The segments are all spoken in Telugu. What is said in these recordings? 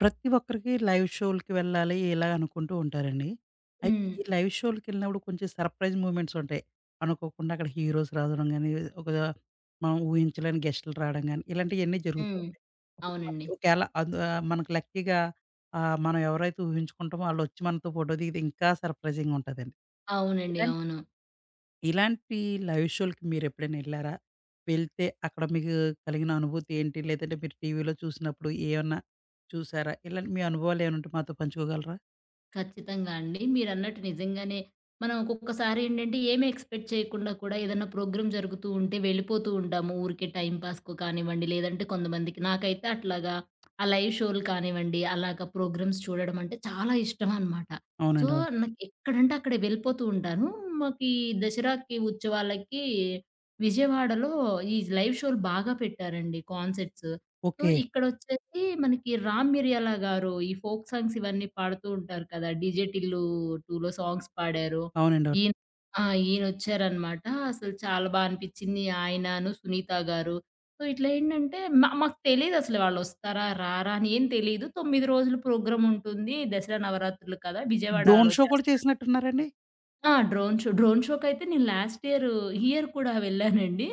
ప్రతి ఒక్కరికి లైవ్ షోలకి వెళ్ళాలి ఇలా అనుకుంటూ ఉంటారండి. అయితే హ్మ్. ఈ లైవ్ షోలకెళ్ళినప్పుడు కొంచెం సర్ప్రైజ్ మూవ్‌మెంట్స్ ఉంటాయి. అనుకోకుండా అక్కడ హీరోస్ రావడం గాని, ఒక మనం ఊహించలేని గెస్టులు రావడం గాని, ఇలాంటియన్నీ జరుగుతూ హ్మ్. ఉంటాయి. అప్పుడు అవునండి. మనకి ఒకేళ మనకు లక్కీగా మనం ఎవరైతే ఊహించుకుంటామో ఆళ్ళొచ్చి మనతో ఫోటో దిగితే ఇంకా సర్ప్రైజింగ్‌గా ఉంటదండి. అవునండి. ఇలాంటి అవును. ఇలాంటి లైవ్ షోలకి మీరెప్పుడైనా ఎళ్లారా? వెళ్తే అక్కడ మీకు కలిగిన అనుభూతి ఏంటి? లేదంటే మీరు టీవీలో చూసినప్పుడు ఏమన్నా చూసారా? ఇలాంటి మీ అనుభవాలేమన్నుంటే మాతో పంచుకోగలరా? ఖచ్చితంగా అండి. మీరన్నట్టు నిజంగానే మనం ఒక్కొక్కసారి ఏంటంటే ఏమి ఎక్స్‌పెక్ట్ చేయకుండా కూడా ఏదన్నా ప్రోగ్రామ్ జరుగుతూ ఉంటే వెళ్ళిపోతూ ఉంటాము. ఊరికే టైమ్ పాస్‌కో కానివ్వండి, లేదంటే కొంతమందికి నాకైతే అట్లాగా ఆ లైవ్ షోలు కానివ్వండి, అలాగా ప్రోగ్రామ్స్ చూడడం అంటే చాలా ఇష్టం అనమాట. సో, అవునండి, అవును. నాకు ఎక్కడంటే అక్కడ వెళ్ళిపోతూ ఉంటాను. మాకు ఈ దసరాకి, ఉత్సవాలకి విజయవాడలో ఈ లైవ్ షోలు బాగా పెట్టారండి కాన్సర్ట్స్. So, okay. ఇక్కడొచ్చేసి మనకి 'రామ్ మిరియాల' గారు ఈ ఫోక్ సాంగ్స్ ఇవన్నీ పాడుతూ ఉంటారు కదా! 'డీజే టిల్లు 2లో' సాంగ్స్ పాడారు. అవునండి, అవును. ఈయన ఆ! ఈయనొచ్చారనమాట. అసలు చాలా బా అనిపిచ్చింది. ఆయనను, సునీత గారు. సో, ఇట్లా ఏంటంటే మాకు తెలీదసలు వాళ్ళొస్తారా? రారా? అని ఏం తెలీదు. 9 రోజులు ప్రోగ్రాముంటుంది. దసరా నవరాత్రులు కదా! డ్రోన్ విజయవాడలో షో కూడా చేస్తారు. చేసినట్టున్నారండి? ఆ! Drone show. డ్రోన్ షోకైతే నేను లాస్ట్ ఇయర్, ఈ ఇయర్ కూడా వెళ్ళానండి.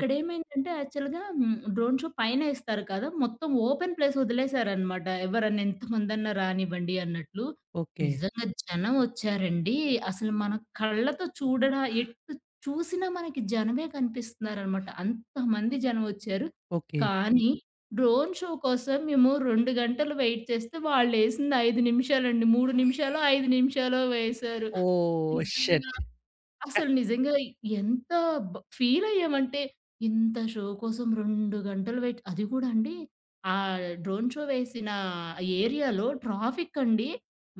ఓహ్! యాక్చువల్‌గా డ్రోన్ షో పైనేస్తారు కదా! మొత్తం ఓపెన్ ప్లేస్ వదిలేశారనమాట. ఎవరన్నా ఎంతమందన్నా రానివ్వండి అన్నట్లు. ఓకే. నిజంగా జనం వచ్చారండి. అసలు మన కళ్ళతో చూడడా ఎటు చూసినా మనకి జనమే కనిపిస్తున్నారనమాట. అంతమంది జనం వచ్చారు. ఓకే. కానీ డ్రోన్ షో కోసం మేము 2 గంటలు వెయిట్ చేస్తే వాళ్ళేసింది 5 నిమిషాలండి. 3 నిమిషాలో, 5 నిమిషాలో వేశారు. ఓహ్! నిజంగా. షిట్. క అసలు నిజంగా ఎంత ఫీలయ్యామంటే, ఇంత షో కోసం 2 గంటలు వెయిట్ అది కూడా అండి, ఆ డ్రోన్ షో వేసిన ఏరియాలో ట్రాఫిక్ అండి.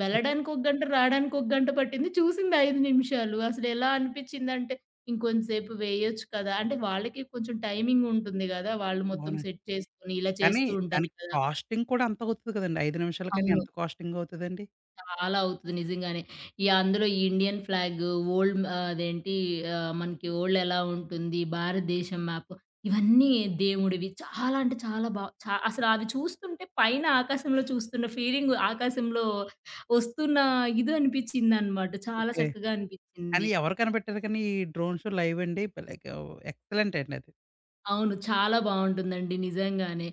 వెళ్ళడానికి ఒక గంట, రాడానికి ఒక గంట పట్టింది. చూసింది 5 నిమిషాలు. అసలెలా అనిపిచ్చిందంటే, ఇంకొంతసేపు వేయొచ్చు కదా! అంటే వాళ్ళకి కొంచెం టైమింగ్ ఉంటుంది గదా! వాళ్ళు మొత్తం అవునండి. సెట్ చేసుకొని ఇలా కానీ చేస్తూ ఉంటారు దానికి కదా! కాస్టింగ్ కూడా అంత అవుతది కదండీ. 5 నిమిషాలకని అవును. ఎంత కాస్టింగ్ అవుతదండి? చాలా అవుతది నిజంగానే. ఈ అందులో ఈ ఇండియన్ ఫ్లాగ్, ఓల్డ్ అదేంటి మనకి ఓల్డ్ ఎలా ఉంటుంది, భారతదేశం మ్యాప్ ఇవన్నీ దేవుడివి చాలా అంటే చాలా బా చా అసలు అవి చూస్తుంటే పైన ఆకాశంలో చూస్తున్న ఫీలింగ్ ఆకాశంలో వస్తున్న ఇది అనిపించిందనమాట. చాలా ఓకే. చక్కగా అనిపించింది. కానీ ఎవరు కనిపెట్టారు కానీ ఈ డ్రోన్ షో లైవ్ అండి, భలేగా ఎక్సలెంట్ అండి అది. అవును. చాలా బావుంటుందండి నిజంగానే.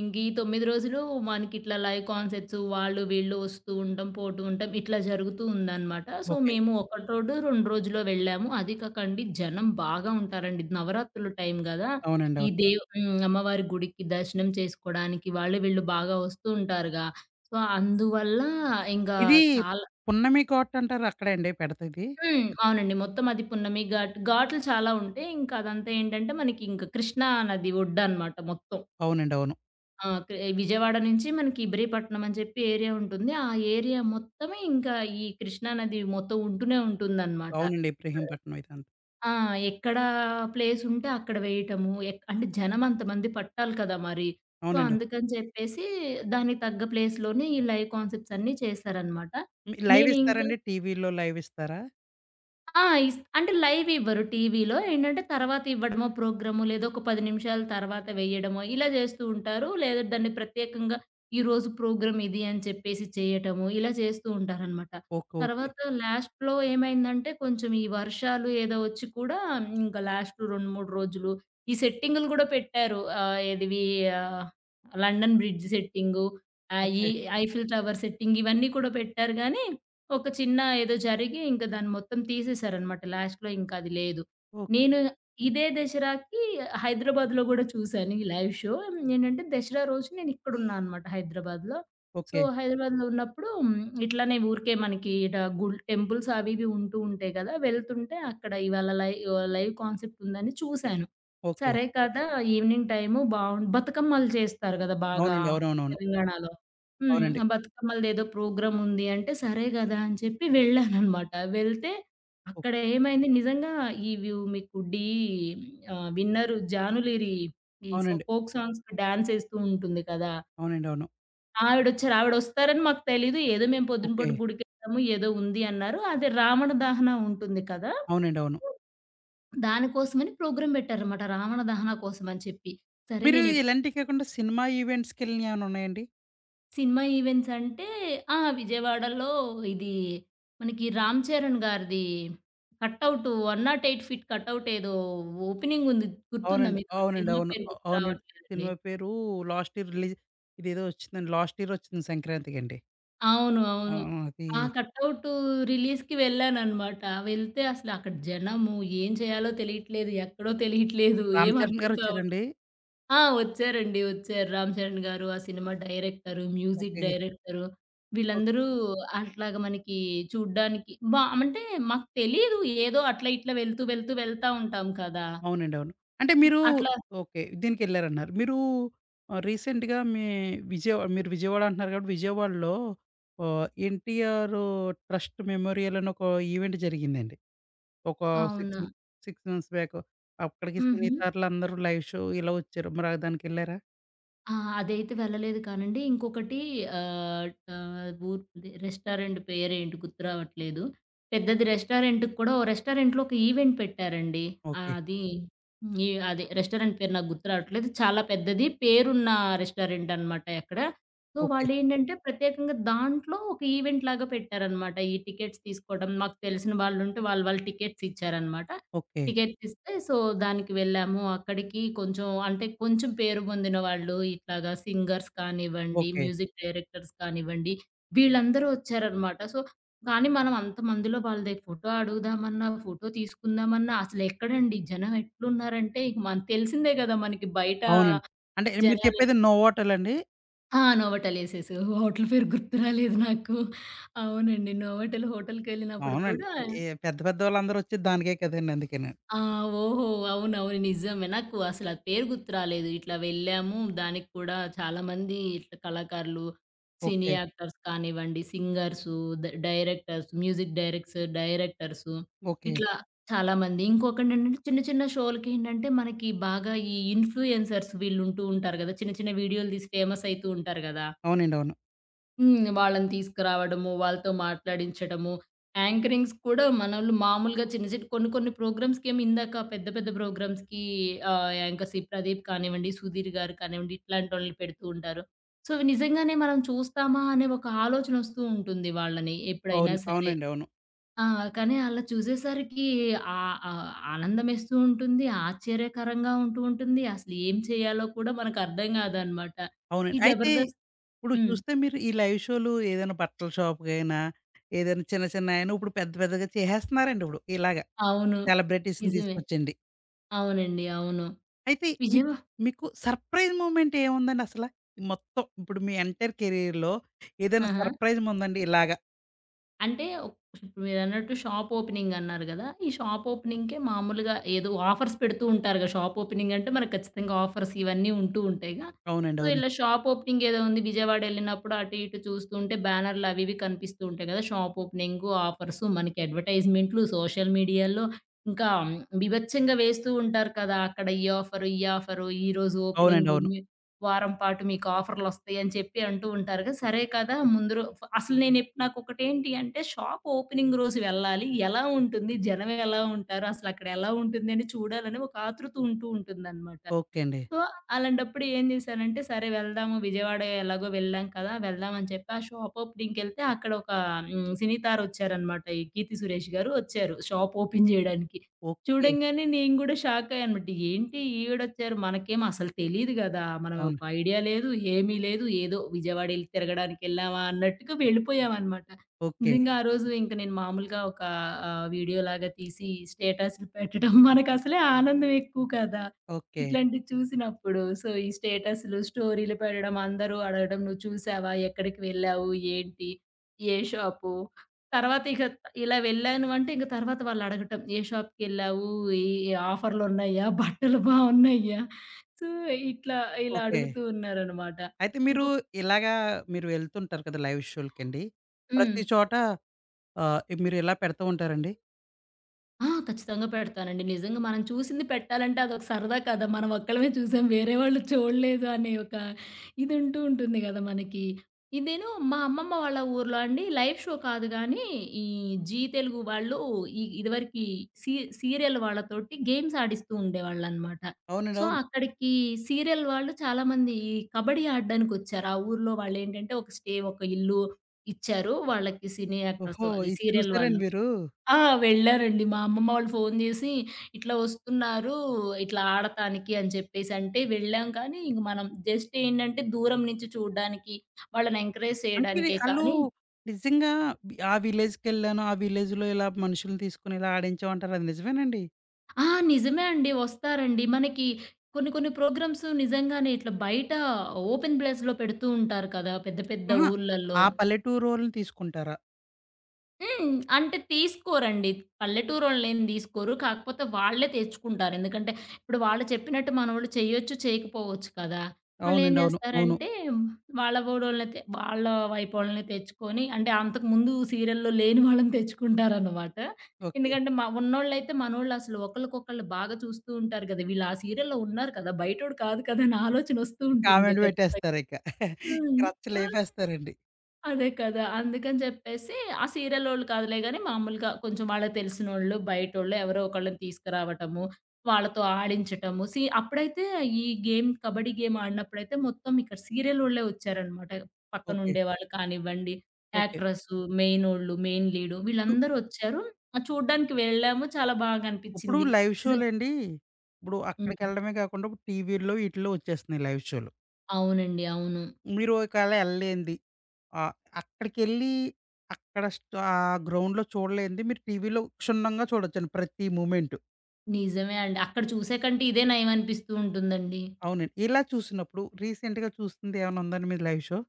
ఇంక ఈ 9 రోజులు మనకిట్లా లైవ్ కాన్సర్ట్స్ వాళ్ళు వీళ్ళు వస్తూ ఉంటాం, పోతూ ఉంటాం. ఇట్లా జరుగుతూ ఉందనమాట. So, okay. మేము ఒకటి రోడు, 2 రోజులో వెళ్ళాము. అది కాకండి జనం బాగా ఉంటారండి. నవరాత్రుల టైం గదా! అవునండి, ఈ అవును. దేవ్ హ్మ్. అమ్మవారి గుడికి దర్శనం చేసుకోడానికి వాళ్ళు వీళ్ళు బాగా వస్తూ ఉంటారుగా! సో, అందువల్ల ఇంగా ఇది చాలా పున్నమి కాట్ అంటారు అక్కడే అండి పెడతది? అవునండి. మొత్తం అది పున్నమి ఘాట్లు చాలా ఉంటాయి. ఇంకా అదంతా ఏంటంటే మనకి ఇంక కృష్ణా నది ఒడ్డనమాట మొత్తం. అవునండి, అవును. ఆ! క్ విజయవాడ నుంచి మనకి ఇబ్రహీపట్నం అని చెప్పి ఏరియా ఉంటుంది. ఆ ఏరియా మొత్తమే ఇంకా ఈ కృష్ణా నది మొత్తం ఉంటూనే ఉంటుందనమాట. అవునండి, సో ఇబ్రహీంపట్నం ఇదంతా. ఆ! ఎక్కడ ప్లేస్ ఉంటే అక్కడ వేయటము. అంటే జనం అంతమంది పట్టాలి కదా! మరి. సో, అవునండి. అందుకని చెప్పేసి దానికి తగ్గ ప్లేస్‌లోనే ఈ లైవ్ కాన్సెప్ట్స్ అన్నీ చేశారనమాట. హ్మ్. లైవ్ నేనింక ఇస్తారండి? టీవీలో లైవ్ ఇస్తారా? ఆ! ఇస్ అంటే లైవ్ ఇవ్వరు టీవీలో. ఏంటంటే తర్వాత ఇవ్వడమో ప్రోగ్రాము, లేదా ఒక 10 నిమిషాల తర్వాత వేయడమో ఇలా చేస్తూ ఉంటారు. లేదా దాన్ని ప్రత్యేకంగా ఈరోజు ప్రోగ్రామ్ ఇది అని చెప్పేసి చేయటము, ఇలా చేస్తూ ఉంటారనమాట. ఓకే. ఓకే. తర్వాత లాస్ట్‌లో ఏమైందంటే కొంచెం ఈ వర్షాలు ఏదో వచ్చి కూడా ఇంకా లాస్ట్ 2, 3 రోజులు ఈ సెట్టింగులు కూడా పెట్టారు. ఏదివి ఆహ్, 'లండన్ బ్రిడ్జ్' సెట్టింగు, ఈ ఓకే. 'ఐఫిల్ టవర్' సెట్టింగ్ ఇవన్నీ కూడా పెట్టారు గానీ ఒక చిన్న ఏదో జరిగి ఇంక దాన్ని మొత్తం తీసేశారనమాట. లాస్ట్‌లో ఇంకది లేదు. ఓక్ నేను ఇదే దసరాకి హైదరాబాద్‌లో గూడా చూశాను ఈ లైవ్ షో. ఏంటంటే దసరా రోజు నేను ఇక్కడున్నా అనమాట హైదరాబాద్‌లో. So, okay. హైదరాబాద్‌లో ఉన్నప్పుడు ఇట్లానే ఊరికే మనకి ఇట గుల్ టెంపుల్స్ అవి ఇవి ఉంటూ ఉంటాయి గదా! వెళ్తుంటే అక్కడ ఇవాళ లైవ్ కాన్సెప్ట్ ఉందని చూశాను. ఓకే. సరే కదా! ఈవినింగ్ టైము బతుకమ్మలు చేస్తారు గదా! బాగా అవునండి, అవునవునవును. తెలంగాణలో. అవునండి. ఆ బతుకమ్మలదేదో ప్రోగ్రామ్ ఉంది అంటే, సరే గదా! అని చెప్పి వెళ్ళాననమాట. వెళ్తే ఓకే. అక్కడ ఏమైంది నిజంగా ఇవి మీకు విన్నరు జానులీరి ఈ సో అవునండి. ఫోక్ సాంగ్స్‌కి డాన్స్ ఏస్తూ ఉంటుంది కదా! అవునండి, అవును. ఆవిడొచ్చారు. ఆవిడొస్తారని మాకు తెలీదు. ఏదో మేము పొద్దున పూట ఓకే. గుడికెళ్ళాము. ఏదో ఉంది అన్నారు. అదే రావణ దహన ఉంటుంది కదా! అవునండి, అవును. దానికోసమని ప్రోగ్రామ్ పెట్టారనమాట. రావణ దహన కోసం అని చెప్పి. సరే మీరు నేనెప్ ఇలాంటివి కాకుండా సినిమా ఈవెంట్స్‌కెళ్ళినవి ఏమైనా ఉన్నాయండి? సినిమా ఈవెంట్స్ అంటే ఆ! విజయవాడలో ఇది మనకి 'రామ్ చరణ్' గారిది కటౌట్ 108 ఫీట్ కటౌట్ ఏదో ఓపెనింగ్ ఉంది. గుర్తుందా అవునండి. మీకు? ఆ అవునండి, సినిమా అవును. పేరు గుర్తు అవునండి. రావట్లేదండి. సినిమా పేరు లాస్ట్ ఇయర్ రిలీజ్ ఇదేదో వచ్చిందండి. లాస్ట్ ఇయర్ వచ్చింది సంక్రాంతికండి. అవును. ఆ! అవును. అది ఆ కటౌట్ రిలీజ్‌కి వెళ్ళాననమాట. వెళ్తే అసలు అక్కడ జనము ఏం చేయాలో తెలియట్లేదు. ఎక్కడో తెలియట్లేదు. రామ్ ఏం చరణ్ అర్థం కావట్లేదు. గారొచ్చారండి. ఆ! వచ్చారండి. వచ్చారు. 'రామ్ చరణ్' గారు, ఆ cinema director, music okay. Director ఓ వీళ్ళందరూ అట్లాగా మనకి చూడ్డానికి బా అంటే మాకు తెలీదు. ఏదో అట్లా ఇట్లా వెళ్తూ ఉంటాం కదా! అవునండి, అవును. అంటే మీరు అట్లా ఓకే. దీనికెళ్లారన్నారు. మీరు రీసెంట్‌గా మీ మీరు విజయవాడ అంటున్నారు కాబట్టి విజయవాడలో ఎన్‌టీఆర్ ట్రస్ట్ మెమోరియల్ అని ఒక ఈవెంట్ జరిగిందండి. ఒక 6 అవునా! మ 6 మంత్స్ బ్యాక్. అక్కడికి సినీ హుహు. తారలందరూ లైవ్ షో ఇలా వచ్చారు. మరి ఆ దానికెళ్లారా? ఆ! అదైతే వెళ్ళలేదు కానండి. ఇంకొకటి ఆహ్, ఆహ్, ఊర్ ఇది రెస్టారెంట్ పేరేంటి గుర్తురావట్లేదు. పెద్దది రెస్టారెంట్‌కి కూడా ఓ రెస్టారెంట్‌లో ఒక ఈవెంట్ పెట్టారండి. ఓకే. అది ఈ అదే రెస్టారెంట్ పేరు నాకు గుర్తు రావట్లేదు. చాలా పెద్దది పేరున్న రెస్టారెంట్ అనమాట ఎక్కడ. So, okay. వాళ్ళేంటంటే ప్రత్యేకంగా దాంట్లో ఒక ఈవెంట్ లాగా పెట్టారనమాట. ఈ టికెట్స్ తీసుకోవడం, మాకు తెలిసిన వాళ్ళుంటే వాళ్ళు టికెట్స్ ఇచ్చారనమాట. ఓకే. టికెట్ ఇస్తే సో, దానికి వెళ్ళాము. అక్కడికి కొంచెం అంటే కొంచెం పేరు పొందిన వాళ్ళు ఇట్లాగా సింగర్స్ కానివ్వండి, ఓకే. మ్యూజిక్ డైరెక్టర్స్ కానివ్వండి, వీళ్ళందరూ వచ్చారనమాట. సో, కానీ మనం అంతమందిలో వాళ్ళ దగ్గర ఫోటో అడుగుదామన్నా, ఫోటో తీసుకుందామన్నా అసలెక్కడండి జనం ఎట్లున్నారంటే ఇక మన తెలిసిందే గదా! మనకి బయట అవునండి. అంటే మీరు జనాలు చెప్పేది నోవాటలండి? ఆ! నోవాటెలేసేసావు. హోటల్ పేరు గుర్తు రాలేదు నాకు. అవునండి. నోవాటెల్ హోటల్‌కెళ్ళినప్పుడు అవునండి. కూడా ఏ పెద్ద పెద్దోళ్ళందరూ వచ్చేది దానికే కదండీ! అందుకేను. ఆ! ఓహో! అవునవును. నిజమే. నాకు అసల పేరు గుర్తు రాలేదు. ఇట్లా వెళ్ళాము. దానికి కూడా చాలామంది ఇట్లా కళాకారులు, సినీ ఓకే. యాక్టర్స్ కానివ్వండి, singers, directors, music directors okay. ఇట్లా చాలామంది. ఇంకొకటేంటంటే చిన్న చిన్న షోలకేంటంటే మనకి బాగా ఈ ఇన్‌ఫ్లుయెన్సర్స్ వీళ్ళుంటూ ఉంటారు గదా! చిన్న చిన్న వీడియోలు తీసి ఫేమస్ అయితూ ఉంటారు గదా! అవునండి, అవును, వాళ్ళని తీసుకురావడము, వాళ్ళతో మాట్లాడించడము, యాంకరింగ్స్ కూడా మనోళ్ళు మామూలుగా చిన్న చిన్న కొన్ని కొన్ని ప్రోగ్రామ్స్‌కేమో ఇందాక పెద్ద పెద్ద ప్రోగ్రామ్స్‌కి యాంకర్స్ ఈ ప్రదీప్ కానివ్వండి, సుధీర్ గారు కానివ్వండి, ఇట్లాంటోళ్ళని పెడుతూ ఉంటారు. సో, నిజంగానే మనం చూస్తామా అనే ఒక ఆలోచనొస్తూ ఉంటుంది వాళ్ళని ఎప్పుడైనా అవును. సరే. అవునండి, అవును. ఆ! కానీ అలా చూసేసరికి ఆహ్, ఆహ్, ఆనందమేస్తూ ఉంటుంది, ఆశ్చర్యకరంగా ఉంటూ ఉంటుంది. అసలు ఏం చేయాలో కూడా మనకు అర్థం కాదనమాట. ఈ అవునండి. అయితే జబర్దస్త్ ఇప్పుడు హ్మ్. చూస్తే మీరు ఈ లైవ్ షోలు ఏదైనా బట్టల షాప్‌కైనా, ఏదైనా చిన్న చిన్నయైనా ఇప్పుడు పెద్ద పెద్దగా చేసేస్తున్నారండి ఇప్పుడు ఇలాగ. అవును. సెలబ్రిటీస్‌ని నిజమే. తీసుకొచ్చండి. అవునండి. అవును. అయితే మీకు విజయవా మీకు సర్ప్రైజ్ మూమెంట్ ఏముందండి అసల? మొత్తం ఇప్పుడు మీ ఎంటైర్ కెరియర్‌లో ఏదైనా ఆహా! సర్ప్రైజ్ ఉందండి ఇలాగ? అంటే ఒక్ ఇప్పుడు మీరన్నట్టు షాప్ ఓపెనింగ్ అన్నారు గదా! ఈ షాప్ ఓపెనింగ్‌కే మామూలుగా ఏదో ఆఫర్స్ పెడుతూ ఉంటారుగా. షాప్ ఓపెనింగ్ అంటే మనకు ఖచ్చితంగా ఆఫర్స్ ఇవన్నీ ఉంటూ ఉంటాయిగా. అవునండి, సో, అవును. ఇలా షాప్ ఓపెనింగ్ ఏదో ఉంది. విజయవాడ ఎళ్ళినప్పుడు అటు ఇటు చూస్తూ ఉంటే బ్యానర్‌లు అవి ఇవి కనిపిస్తూ ఉంటాయి గదా! షాప్ ఓపెనింగు, ఆఫర్సు మనకి అడ్వర్టైజ్‌మెంట్లు సోషల్ మీడియాలో ఇంకా బీభత్సంగా వేస్తూ ఉంటారు కదా! అక్కడ ఈ ఆఫరు, ఈ ఆఫరు ఈరోజు అవునండి, ఓపెనింగు అవును. వారం పాటు మీకు ఆఫర్‌లొస్తాయి అని చెప్పి అంటూ ఉంటారు కదా! సరే కదా! ముందు రో ఫ అసలు నేను ఎప్ నాకొకటేంటి అంటే షాప్ ఓపెనింగ్ రోజు వెళ్ళాలి. ఎలా ఉంటుంది? జనం ఎలా ఉంటారు? అసలక్కడ ఎలా ఉంటుంది అని చూడాలని ఒక ఆతృత ఉంటూ ఉంటుందనమాట. ఓకే అండి. సో, అలాంటప్పుడు ఏం జేశానంటే, సరే వెళ్దాము విజయవాడ ఎలాగో వెళ్ళాం కదా! వెళ్దాం అని చెప్పి ఆ షాప్ ఓపెనింగ్‌కెళ్తే అక్కడ ఒక సినీతార వచ్చారనమాట. ఈ 'కీర్తి సురేష్' గారు వచ్చారు షాప్ ఓపెన్ జేయడానికి. ఓకే. చూడంగానే నేను గూడా షాక్ అయ్యాననమాట. ఏంటి ఈవిడొచ్చారు? మనకేమో అసలు తెలీదు గదా! మనం ఒక అవును. ఐడియా లేదు, ఏమీ లేదు. ఏదో విజయవాడ ఎళ్లి తిరగడానికెళ్ళామా అన్నట్టుగా వెళ్ళిపోయామనమాట. ఓకే. నిజంగా ఆ రోజు ఇంక నేను మామూలుగా ఒక వీడియోలాగా తీసి స్టేటస్‌లు పెట్టడం మనకసలే ఆనందం ఎక్కువ కదా! ఓకే. ఇట్లాంటివి చూసినప్పుడు, సో, ఈ స్టేటస్‌లు, స్టోరీలు పెట్టడం, అందరూ అడగడం, "నువ్వు చూసావా? ఎక్కడికి వెళ్ళావు? ఏంటి? ఏ షాపు?" తర్వాత ఇక ఇలా వెళ్ళాను అంటే, ఇంక తర్వాత వాళ్ళు అడగటం, "ఏ షాప్‌కెళ్ళావు? ఈ ఈ ఆఫర్‌లున్నాయా? బట్టలు బావున్నాయా?" సో, ఇట్లా ఇలా ఓకే. అడుగుతూ ఉన్నారనమాట. అయితే మీరు ఇంకొ ఇలాగా మీరు వెళ్తుంటారు కదా లైవ్ షోలకండి. హ్మ్. ప్రతి చోట మీరు ఇలా పెడుతూ ఉంటారండి? ఆ! ఖచ్చితంగా పెడతానండి. నిజంగా మనం చూసింది పెట్టాలంటే అదొక సరదా కదా! మనం ఒక్కళ్ళమే చూసాం. వేరే వాళ్ళు చూడలేదు అనే ఒక ఇది ఉంటూ ఉంటుంది గదా! మనకి. ఇదేను మా అమ్మమ్మ వాళ్ళ ఊర్లో అండి లైవ్ షో కాదు గానీ, ఈ జీ తెలుగు వాళ్ళు ఈ ఇదివరకి సీ సీరియల్ వాళ్ళతోటి గేమ్స్ ఆడిస్తూ ఉండేవాళ్ళనమాట. అవునండి, సో, అవును. అక్కడికి సీరియల్ వాళ్ళు చాలామంది ఈ కబడ్డీ ఆడడానికొచ్చారు. ఆ ఊర్లో వాళ్ళేంటంటే ఒక ఇల్లు ఇచ్చారు. వాళ్ళకి సినీ యాక్టర్స్ ఓహో! అదే ఇది సీరియల్ చూసారండి వాళ్ళు. మీరు? ఆ! వెళ్ళారండి. మా అమ్మమ్మ వాళ్ళు ఫోను జేసి, "ఇట్లా వస్తున్నారు, ఇట్లా ఆడటానికి" అని చెప్పేసంటే వెళ్ళాం కానీ, ఇంక మనం జస్ట్ ఏంటంటే దూరం నుంచి చూడ్డానికి, వాళ్ళని ఎంకరేజ్ అంటే ఇది చేయడానికే ఆళ్ళు కానీ నిజంగా ఆ విలేజ్‌కెళ్ళాను. ఆ విలేజ్‌లో ఇలా మనుషుల్ని తీసుకొని ఇలా ఆడించామంటారు. అది నిజమేనండి? ఆ! నిజమే అండి. వస్తారండి. మనకి కొన్ని కొన్ని ప్రోగ్రామ్స్ నిజంగానే ఇట్లా బయట ఓపెన్ ప్లేస్‌లో పెడుతూ ఉంటారు కదా! పెద్ద పెద్ద అహా! ఊర్లల్లో. ఆ పల్లెటూరోళ్ళని తీసుకుంటారా? హ్మ్. అంటే తీసుకోరండి. పల్లెటూరోళ్ళేం తీసుకోరు. కాకపోతే వాళ్ళే తెచ్చుకుంటారు. ఎందుకంటే, ఇప్పుడు వాళ్ళు చెప్పినట్టు మనోళ్ళు చేయొచ్చు, చేయకపోవచ్చు కదా! వాళ్ళేం అవునండి, అవును, అవును. జేస్తారంటే, వాళ్ళ ఊరోళ్ళని తె వాళ్ళ వైపోళ్ళని తెచ్చుకొని అంటే, అంతకుముందు సీరియల్‌లో లేని వాళ్ళని తెచ్చుకుంటారనమాట. ఓకే. ఎందుకంటే, ఉన్నోళ్ళైతే మనోళ్ళు అసలు ఒకళ్ళకొకళ్ళు బాగా చూస్తూ ఉంటారు గదా! వీళ్ళు ఆ సీరియల్‌లో ఉన్నారు కదా! బయటోడు కాదు కదా! అనే ఆలోచనొస్తూ ఉంటుందిగా కామెంట్ ఖచ్చితంగా. పెట్టేస్తారిక. హ్మ్. సో క్రచ్చలేపేస్తారండి. అదే కదా! అందుకని జెప్పేసి ఆ సీరియలోళ్ళు కాదులే గాని మామూలుగా కొంచెం వాళ్ళకి తెలిసినోళ్ళు, బయటోళ్ళు ఎవరో ఒకళ్ళని తీసుకురావటము, వాళ్ళతో ఆడించటము. అప్పుడైతే ఈ కబడ్డీ గేమ్ ఆడినప్పుడైతే మొత్తం ఇక్కడ సీరియలోళ్ళే వచ్చారనమాట. పక్కన ఓకే. ఉండేవాళ్ళు కానివ్వండి, ఓకే. యాక్ట్రెసు, మెయినోళ్ళు, మెయిన్ లీడు ఇప్పుడు, వీళ్ళందరూ వచ్చారు. చూడ్డానికి వెళ్ళాము. చాలా బాగా ఇప్పుడు అనిపిచ్చింది. లైవ్ నిజం షోలండి. ఇప్పుడు హ్మ్. అక్కడికెళ్ళడమే కాకుండా ఇప్పుడు టీవీల్లో, ఈటిల్లో వచ్చేస్తున్నాయి లైవ్ షోలు. అవునండి. అవును. మీరు ఒకవేళ ఎళ్ళలేంది ఆ! అక్కడికెళ్ళి అక్కడ గ్రౌండ్‌లో చూడలేనిది మీరు టీవీలో క్షుణ్ణంగా చూడొచ్చండి ప్రతి మూమెంటు. నిజమే అండి. అక్కడ చూసే కంటే ఇదే నయం అనిపిస్తూ ఉంటుందండి. అవునండి. ఇలా చూసినప్పుడు రీసెంట్‌గా చూసింది ఏమైనా ఉందండి మీ లైవ్ షో?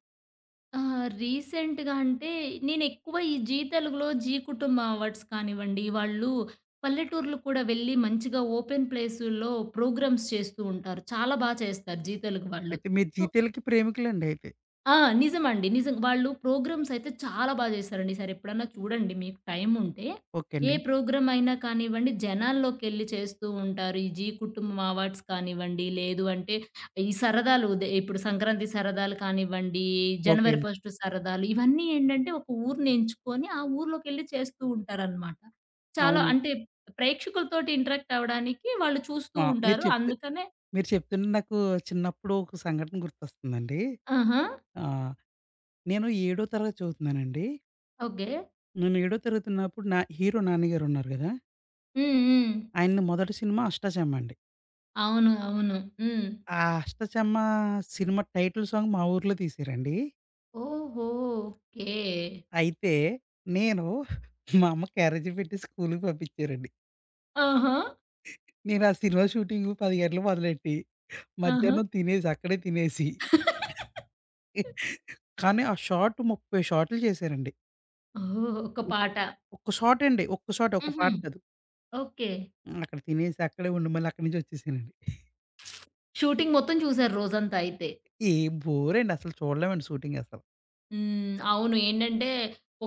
ఆ! రీసెంట్‌గా అంటే నేనెక్కువ ఈ జీ తెలుగులో 'జీ కుటుంబం అవార్డ్స్' కానివ్వండి, వాళ్ళు పల్లెటూర్లు కూడా వెళ్ళి మంచిగా ఓపెన్ ప్లేసుల్లో ప్రోగ్రామ్స్ చేస్తూ ఉంటారు. చాలా బా చేస్తారు జీ తెలుగు వాళ్ళు. అయితే మీరు సో, 'జీతేలకి' ప్రేమికులండి అయితే. ఆ! నిజమండి. నిజం. వాళ్ళు ప్రోగ్రామ్స్ అయితే చాలా బా చేశారండి. ఈసారి ఎప్పుడన్నా చూడండి మీకు టైం ఉంటే. ఓకే ఏ అండి. ప్రోగ్రామ్ అయినా కానివ్వండి, జనాల్లోకెళ్ళి చేస్తూ ఉంటారు. ఈ 'జీ కుటుంబం అవార్డ్స్' కానివ్వండి, లేదు అంటే ఈ సరదాలు దే ఇప్పుడు సంక్రాంతి సరదాలు కానివ్వండి, ఓకే. జనవరి ఫస్ట్ సరదాలు ఇవన్నీ ఏంటంటే ఒక ఊరిని ఎంచుకొని ఆ ఊర్లోకెళ్ళి చేస్తూ ఉంటారనమాట. చాలా అవునండి. అంటే ప్రేక్షకులతోటి ఇంటరాక్ట్ అవ్వడానికి వాళ్ళు చూస్తూ ఆ! ఉంటారు. అందుకనే మీరు చెప్తుంటే నాకు చిన్నప్పుడు ఒక సంఘటన గుర్తొస్తుందండి. ఆహా! ఆహ్, నేను ఏడో తరగతి చదువుతున్నానండి. ఓకే. నేను ఏడో తరగతి ఉన్నప్పుడు నా హీరో నాన్నగారున్నారు గదా! హ్మ్. హ్మ్. ఆయనది మొదటి సినిమా 'అష్టాచెమ్మ' అండి. అవును. అవును. హ్మ్. ఆ 'అష్టచమ్మ' సినిమా టైటిల్ సాంగ్ మా ఊర్లో తీశారండి. ఓహో! ఓకే. అయితే నేను మా అమ్మ క్యారేజీ పెట్టి స్కూలుకి పంపించారండి. ఆహా! నేను ఆ సినిమా షూటింగు 10 గంటలకు మొదలెట్టి ఆహా! మధ్యాహ్నం తినేసి అక్కడే తినేసి కానీ ఆ షాట్ 30 షాటులు చేశారండి. ఓహ్! ఒక ఒ పాట. ఒక్క షాట్ అండి. ఒక్క షాట్ ఒక హుహు. పాట కాదు. ఓకే. హ్మ్. అక్కడ తినేసి అక్కడే ఉండి మళ్ళీ అక్కడి నుంచి వచ్చేసానండి. షూటింగ్ మొత్తం చూసారు రోజంతా అయితే. ఏ బోరండి అసలు చూడలేమండి షూటింగ్ అసలు. అవును. ఏంటంటే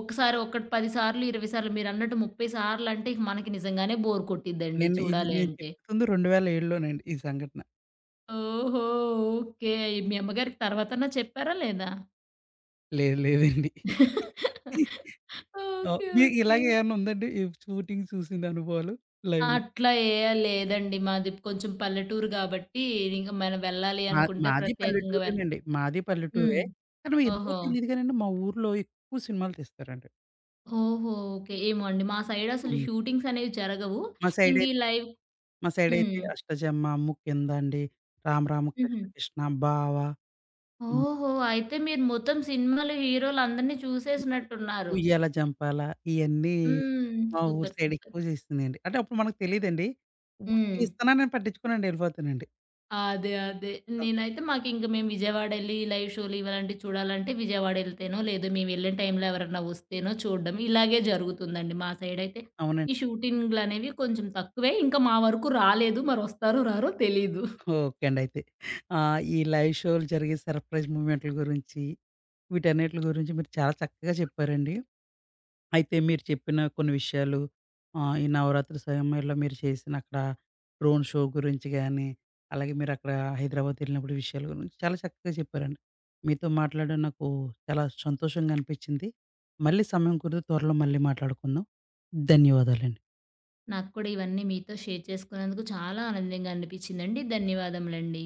ఒకసారి ఒకటి 10 సార్లు, 20 సార్లు మీరన్నట్టు 30 సార్లంటే ఇక మనకి నిజంగానే బోర్ కొట్టిద్దండి చూడాలి నేను అంటే. చెప్తుంది 2007లోనండి ఈ సంఘటన. ఓహో! ఓకే. మీ అమ్మగారికి తర్వాతన్నా చెప్పారా లేదా? లేదు లేదండి. ఓహ్! ఓకే. మీకు ఓకే. ఇలాగే ఏమన్నా ఉందండి? ఈ షూటింగ్ చూసిన అనుభవాలు లైవ్‌లో? అట్లా ఏ లేదండి. మాది కొంచెం పల్లెటూరు గాబట్టి, ఇంక మనం వెళ్ళాలి అనుకుంటే మాది ప్రత్యేకంగా వెళ్ పల్లెటూరేనండి. మాది హ్మ్. పల్లెటూరే. కానీ ఎందుకో ఓహో! తెలీదు గానండి మా ఊర్లో ఎక్కువ సినిమాలు తీస్తారండి. ఓహో! ఓకే. ఏమో అండి. మా సైడ్ అసలు అవును. షూటింగ్స్ అనేవి జరగవు. మా ఇంక సైడై ఈ లైవ్ మా హ్మ్. సైడైతే 'అష్టచమ్మ', 'ముకింద' అండి, 'రామ రామ హుహు. కృష్ణ కృష్ణ', 'బావ', అవును, ఓహో! అయితే మీరు మొత్తం సినిమాలో హీరోలందరిని చూసేసినట్టున్నారు. 'ఉయ్యాల జంపాల' ఇయన్నీ హ్మ్. మా ఊరు సూపర్. Side super. ఎక్కువ చేసిందండి. అంటే అప్పుడు మనకు తెలీదండి. ఇప్పుడు హ్మ్. తీస్తున్నానని పట్టించుకోనండి ఎళ్ళిపోతానండి. అదే. అదే. అవును. నేనైతే మాకింక మేము విజయవాడెళ్ళి లైవ్ షోలు ఇలాంటివి చూడాలంటే విజయవాడెళ్తేనో, లేదు మేమెళ్ళిన టైంలో ఎవరన్నా వస్తేనో చూడడం. ఇలాగే జరుగుతుందండి మా సైడయితే. ఈ అవునండి. షూటింగులనేవి కొంచెం తక్కువే. ఇంకా మా వరకు రాలేదు. మరొస్తారో రారో తెలీదు. ఓకే అండి. అయితే ఈ లైవ్ షోలు జరిగే సర్ప్రైజ్ మూమెంట్‌ల గురించి, వీటన్నిట్లి గురించి మీరు చాలా చక్కగా చెప్పారండి. అయితే మీరు చెప్పిన కొన్ని విషయాలు, ఈ నవరాత్రి సమయంలో మీరు చేసిన అక్కడ డ్రోన్ షో గురించి గానీ, అలాగే మీరు అక్కడ హైదరాబాద్ ఎళ్ళినప్పుడు విషయాల గురించి చాలా చక్కగా చెప్పారండి. మీతో మాట్లాడడం నాకు చాలా సంతోషంగా అనిపిచ్చింది. మళ్ళీ సమయం కుదిరితే త్వరలో మళ్ళీ మాట్లాడుకుందాం. ధన్యవాదాలండి. నాకు కూడా ఇవన్నీ మీతో షేర్ చేసుకున్నందుకు చాలా ఆనందంగా అనిపిచ్చిందండి. ధన్యవాదములండి.